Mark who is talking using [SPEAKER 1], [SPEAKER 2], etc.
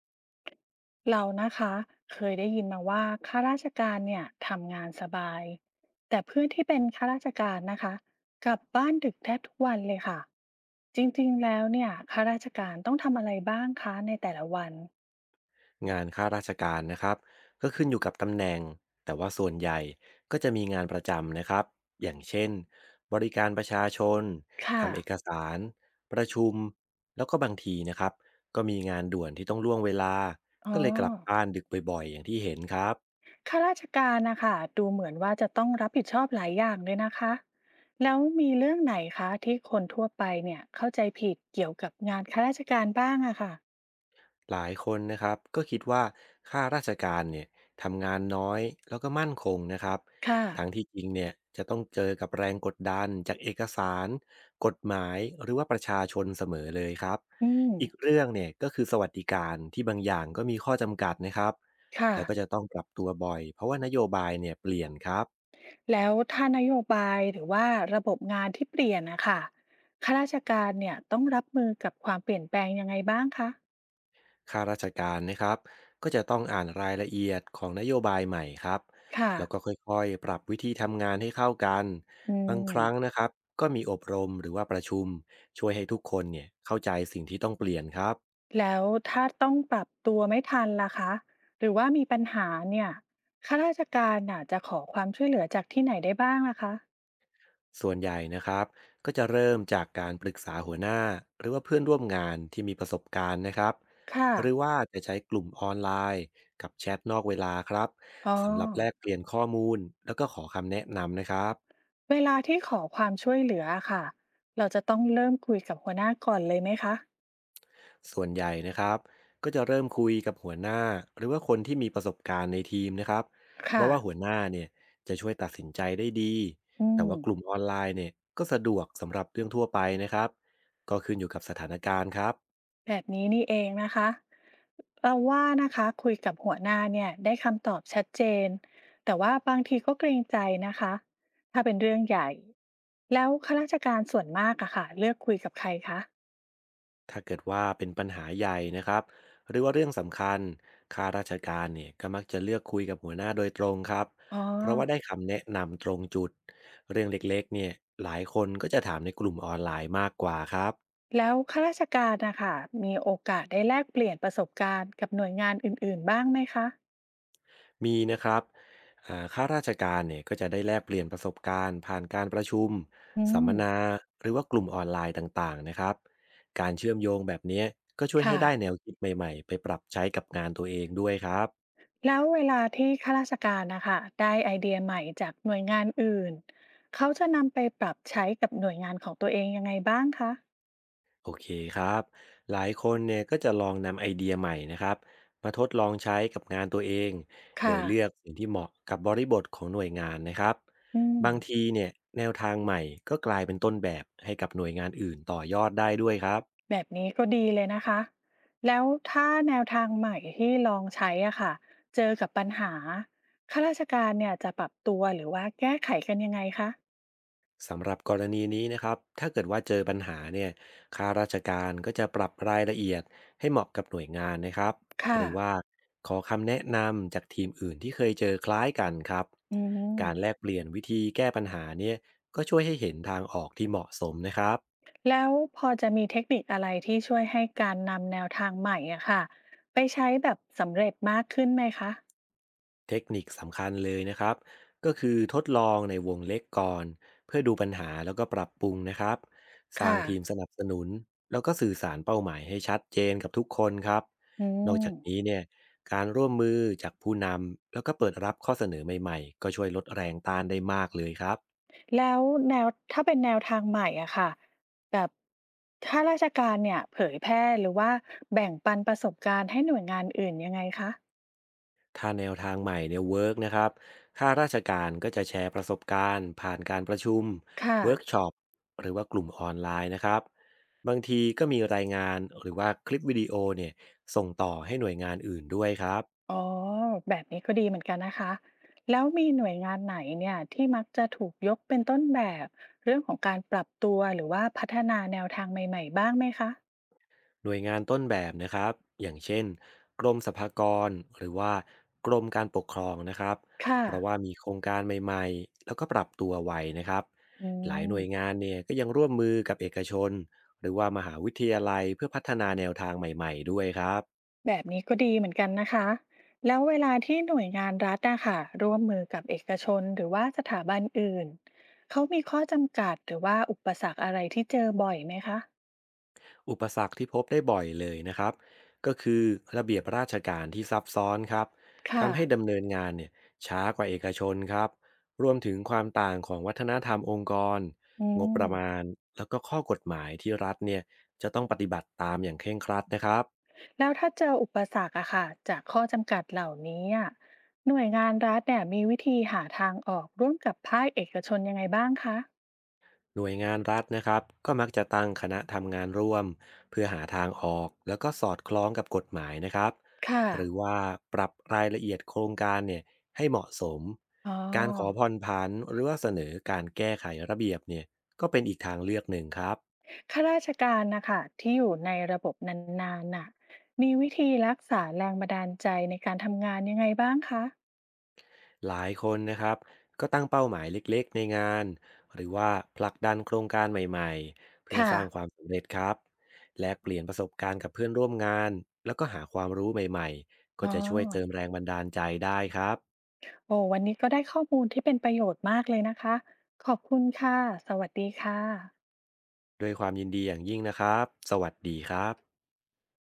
[SPEAKER 1] เรานะคะเคยได้ยินมาว่าข้าราชการเนี่ยทำงานสบายแต่เพื่อนที่เป็นข้าราชการนะคะกลับบ้านดึกแทบทุกวันเลยค่ะจริงๆแล้วเนี่ยข้าราชการต้องทำอะไรบ้างคะในแต่ละวัน
[SPEAKER 2] งานข้าราชการนะครับก็ขึ้นอยู่กับตำแหน่งแต่ว่าส่วนใหญ่ก็จะมีงานประจำนะครับอย่างเช่นบริการประชาชน
[SPEAKER 1] ค่ะ
[SPEAKER 2] ทำเอกสารประชุมแล้วก็บางทีนะครับก็มีงานด่วนที่ต้องล่วงเวลา
[SPEAKER 1] อ๋อ
[SPEAKER 2] ก็เลยกลับบ้านดึกบ่อยๆอย่างที่เห็นครับ
[SPEAKER 1] ข้าราชการนะคะดูเหมือนว่าจะต้องรับผิดชอบหลายอย่างเลยนะคะแล้วมีเรื่องไหนคะที่คนทั่วไปเนี่ยเข้าใจผิดเกี่ยวกับงานข้าราชการบ้างอะค่ะ
[SPEAKER 2] หลายคนนะครับก็คิดว่าข้าราชการเนี่ยทำงานน้อยแล้วก็มั่นคงนะครับ
[SPEAKER 1] ค่ะ
[SPEAKER 2] ทั้งที่จริงเนี่ยจะต้องเจอกับแรงกดดันจากเอกสารกฎหมายหรือว่าประชาชนเสมอเลยครับ
[SPEAKER 1] อืม
[SPEAKER 2] อีกเรื่องเนี่ยก็คือสวัสดิการที่บางอย่างก็มีข้อจำกัดนะครับ
[SPEAKER 1] ค่ะ
[SPEAKER 2] แล้วก็จะต้องปรับตัวบ่อยเพราะว่านโยบายเนี่ยเปลี่ยนครับ
[SPEAKER 1] แล้วถ้านโยบายหรือว่าระบบงานที่เปลี่ยนนะคะข้าราชการเนี่ยต้องรับมือกับความเปลี่ยนแปลงยังไงบ้างคะ
[SPEAKER 2] ข้าราชการนะครับก็จะต้องอ่านรายละเอียดของนโยบายใหม่ครับ
[SPEAKER 1] ค่ะ
[SPEAKER 2] แล้วก็ค่อยๆปรับวิธีทำงานให้เข้ากัน
[SPEAKER 1] อื
[SPEAKER 2] บาง
[SPEAKER 1] ม
[SPEAKER 2] ครั้งนะครับก็มีอบรมหรือว่าประชุมช่วยให้ทุกคนเนี่ยเข้าใจสิ่งที่ต้องเปลี่ยนครับ
[SPEAKER 1] แล้วถ้าต้องปรับตัวไม่ทันล่ะคะหรือว่ามีปัญหาเนี่ยข้าราชการน่ะจะขอความช่วยเหลือจากที่ไหนได้บ้างล่ะคะ
[SPEAKER 2] ส่วนใหญ่นะครับก็จะเริ่มจากการปรึกษาหัวหน้าหรือว่าเพื่อนร่วมงานที่มีประสบการณ์นะครับ
[SPEAKER 1] ค่ะ
[SPEAKER 2] หรือว่าจะใช้กลุ่มออนไลน์กับแชทนอกเวลาครับ
[SPEAKER 1] อ๋อ
[SPEAKER 2] สำหรับแลกเปลี่ยนข้อมูลแล้วก็ขอคำแนะนำนะครับ
[SPEAKER 1] เวลาที่ขอความช่วยเหลือค่ะเราจะต้องเริ่มคุยกับหัวหน้าก่อนเลยไหมคะ
[SPEAKER 2] ส่วนใหญ่นะครับก็จะเริ่มคุยกับหัวหน้าหรือว่าคนที่มีประสบการณ์ในทีมนะครับเพ
[SPEAKER 1] ค่ะ
[SPEAKER 2] ราะว่าหัวหน้าเนี่ยจะช่วยตัดสินใจได้ดี
[SPEAKER 1] อื
[SPEAKER 2] แต่
[SPEAKER 1] ม
[SPEAKER 2] ว่ากลุ่มออนไลน์เนี่ยก็สะดวกสำหรับเรื่องทั่วไปนะครับก็ขึ้นอยู่กับสถานการณ์ครับ
[SPEAKER 1] แบบนี้นี่เองนะคะเราว่านะคะคุยกับหัวหน้าเนี่ยได้คำตอบชัดเจนแต่ว่าบางทีก็เกรงใจนะคะถ้าเป็นเรื่องใหญ่แล้วข้าราชการส่วนมากอะค่ะเลือกคุยกับใครคะ
[SPEAKER 2] ถ้าเกิดว่าเป็นปัญหาใหญ่นะครับหรือว่าเรื่องสำคัญข้าราชการเนี่ยก็มักจะเลือกคุยกับหัวหน้าโดยตรงครับ
[SPEAKER 1] อ๋อ
[SPEAKER 2] เพราะว่าได้คำแนะนำตรงจุดเรื่องเล็กๆเนี่ยหลายคนก็จะถามในกลุ่มออนไลน์มากกว่าครับ
[SPEAKER 1] แล้วข้าราชการนะคะมีโอกาสได้แลกเปลี่ยนประสบการณ์กับหน่วยงานอื่นๆบ้างไหมคะ
[SPEAKER 2] มีนะครับข้าราชการเนี่ยก็จะได้แลกเปลี่ยนประสบการณ์ผ่านการประชุม
[SPEAKER 1] อื
[SPEAKER 2] สัมม
[SPEAKER 1] ม
[SPEAKER 2] นาหรือว่ากลุ่มออนไลน์ต่างๆนะครับการเชื่อมโยงแบบเนี้ยก็ช่วยให้
[SPEAKER 1] ค่ะ
[SPEAKER 2] ได้แนวคิดใหม่ๆไปปรับใช้กับงานตัวเองด้วยครับ
[SPEAKER 1] แล้วเวลาที่ข้าราชการนะคะได้ไอเดียใหม่จากหน่วยงานอื่นเขาจะนำไปปรับใช้กับหน่วยงานของตัวเองยังไงบ้างคะ
[SPEAKER 2] โอเคครับหลายคนเนี่ยก็จะลองนำไอเดียใหม่นะครับมาทดลองใช้กับงานตัวเองโด
[SPEAKER 1] ค่ะ
[SPEAKER 2] ยเลือกสิ่งที่เหมาะกับบริบทของหน่วยงานนะครับ
[SPEAKER 1] อืม
[SPEAKER 2] บางทีเนี่ยแนวทางใหม่ก็กลายเป็นต้นแบบให้กับหน่วยงานอื่นต่อยอดได้ด้วยครับ
[SPEAKER 1] แบบนี้ก็ดีเลยนะคะ แล้วถ้าแนวทางใหม่ที่ลองใช้อะค่ะเจอกับปัญหาข้าราชการเนี่ยจะปรับตัวหรือว่าแก้ไขกันยังไงคะ
[SPEAKER 2] สำหรับกรณีนี้นะครับถ้าเกิดว่าเจอปัญหาเนี่ยข้าราชการก็จะปรับรายละเอียดให้เหมาะกับหน่วยงานนะครับห
[SPEAKER 1] ค่ะ
[SPEAKER 2] รือว่าขอคำแนะนำจากทีมอื่นที่เคยเจอคล้ายกันครับ
[SPEAKER 1] อืม
[SPEAKER 2] การแลกเปลี่ยนวิธีแก้ปัญหาเนี่ยก็ช่วยให้เห็นทางออกที่เหมาะสมนะครับ
[SPEAKER 1] แล้วพอจะมีเทคนิคอะไรที่ช่วยให้การนำแนวทางใหม่อะค่ะไปใช้แบบสำเร็จมากขึ้นไหมคะ
[SPEAKER 2] เทคนิคสำคัญเลยนะครับก็คือทดลองในวงเล็กก่อนเพื่อดูปัญหาแล้วก็ปรับปรุงนะครับสร้าง
[SPEAKER 1] ค่ะ
[SPEAKER 2] ทีมสนับสนุนแล้วก็สื่อสารเป้าหมายให้ชัดเจนกับทุกคนครับ
[SPEAKER 1] อื
[SPEAKER 2] นอก
[SPEAKER 1] ม
[SPEAKER 2] จากนี้เนี่ยการร่วมมือจากผู้นำแล้วก็เปิดรับข้อเสนอใหม่ๆก็ช่วยลดแรงต้านได้มากเลยครับ
[SPEAKER 1] แล้วแนวถ้าเป็นแนวทางใหม่อะค่ะแบบถ้าราชการเนี่ยเผยแพร่หรือว่าแบ่งปันประสบการณ์ให้หน่วยงานอื่นยังไงคะ
[SPEAKER 2] ถ้าแนวทางใหม่เนี่ยเวิร์กนะครับข้าราชการก็จะแชร์ประสบการณ์ผ่านการประชุม
[SPEAKER 1] ค่ะ
[SPEAKER 2] เวิร์กช็อปหรือว่ากลุ่มออนไลน์นะครับ บางทีก็มีรายงานหรือว่าคลิปวิดีโอเนี่ยส่งต่อให้หน่วยงานอื่นด้วยครับ
[SPEAKER 1] อ๋อแบบนี้ก็ดีเหมือนกันนะคะ แล้วมีหน่วยงานไหนเนี่ยที่มักจะถูกยกเป็นต้นแบบเรื่องของการปรับตัวหรือว่าพัฒนาแนวทางใหม่ๆบ้างไหมคะ
[SPEAKER 2] หน่วยงานต้นแบบนะครับอย่างเช่นกรมสรรพากรหรือว่ากรมการปกครองนะครับ
[SPEAKER 1] ค่ะ
[SPEAKER 2] เพราะว่ามีโครงการใหม่ๆแล้วก็ปรับตัวไวนะครับ
[SPEAKER 1] อื
[SPEAKER 2] หลาย
[SPEAKER 1] ม
[SPEAKER 2] หน่วยงานเนี่ยก็ยังร่วมมือกับเอกชนหรือว่ามหาวิทยาลัยเพื่อพัฒนาแนวทางใหม่ๆด้วยครับ
[SPEAKER 1] แบบนี้ก็ดีเหมือนกันนะคะแล้วเวลาที่หน่วยงานรัฐนะคะร่วมมือกับเอกชนหรือว่าสถาบันอื่นเขามีข้อจำกัดหรือว่าอุปสรรคอะไรที่เจอบ่อยไหมคะ
[SPEAKER 2] อุปสรรคที่พบได้บ่อยเลยนะครับก็คือระเบียบราชการที่ซับซ้อนครับ
[SPEAKER 1] ค่ะ
[SPEAKER 2] ทำให้ดำเนินงานเนี่ยช้ากว่าเอกชนครับรวมถึงความต่างของวัฒนธรรมองค์กร
[SPEAKER 1] อื
[SPEAKER 2] งบป
[SPEAKER 1] ม
[SPEAKER 2] ระมาณแล้วก็ข้อกฎหมายที่รัฐเนี่ยจะต้องปฏิบัติตามอย่างเคร่งครัดนะครับ
[SPEAKER 1] แล้วถ้าเจออุปสรรคอะค่ะจากข้อจำกัดเหล่านี้อะหน่วยงานรัฐเนี่ยมีวิธีหาทางออกร่วมกับภาคเอกชนยังไงบ้างคะ
[SPEAKER 2] หน่วยงานรัฐนะครับก็มักจะตั้งคณะทำงานร่วมเพื่อหาทางออกแล้วก็สอดคล้องกับกฎหมายนะครับ
[SPEAKER 1] ค่ะ
[SPEAKER 2] หรือว่าปรับรายละเอียดโครงการเนี่ยให้เหมาะสม
[SPEAKER 1] อ๋อ
[SPEAKER 2] การขอผ่อนผันหรือว่าเสนอการแก้ไขระเบียบเนี่ยก็เป็นอีกทางเลือกหนึ่งครับ
[SPEAKER 1] ข้าราชการนะคะที่อยู่ในระบบนานๆน่ะมีวิธีรักษาแรงบันดาลใจในการทำงานยังไงบ้างคะ
[SPEAKER 2] หลายคนนะครับก็ตั้งเป้าหมายเล็กๆในงานหรือว่าผลักดันโครงการใหม่ๆเพื่อ
[SPEAKER 1] ค่ะ
[SPEAKER 2] สร้างความสำเร็จครับแลกเปลี่ยนประสบการณ์กับเพื่อนร่วมงานแล้วก็หาความรู้ใหม่ๆก็
[SPEAKER 1] อ๋อ
[SPEAKER 2] จะช่วยเติมแรงบันดาลใจได้ครับ
[SPEAKER 1] โอ้วันนี้ก็ได้ข้อมูลที่เป็นประโยชน์มากเลยนะคะขอบคุณค่ะสวัสดีค่ะ
[SPEAKER 2] ด้วยความยินดีอย่างยิ่งนะครับสวัสดีครับ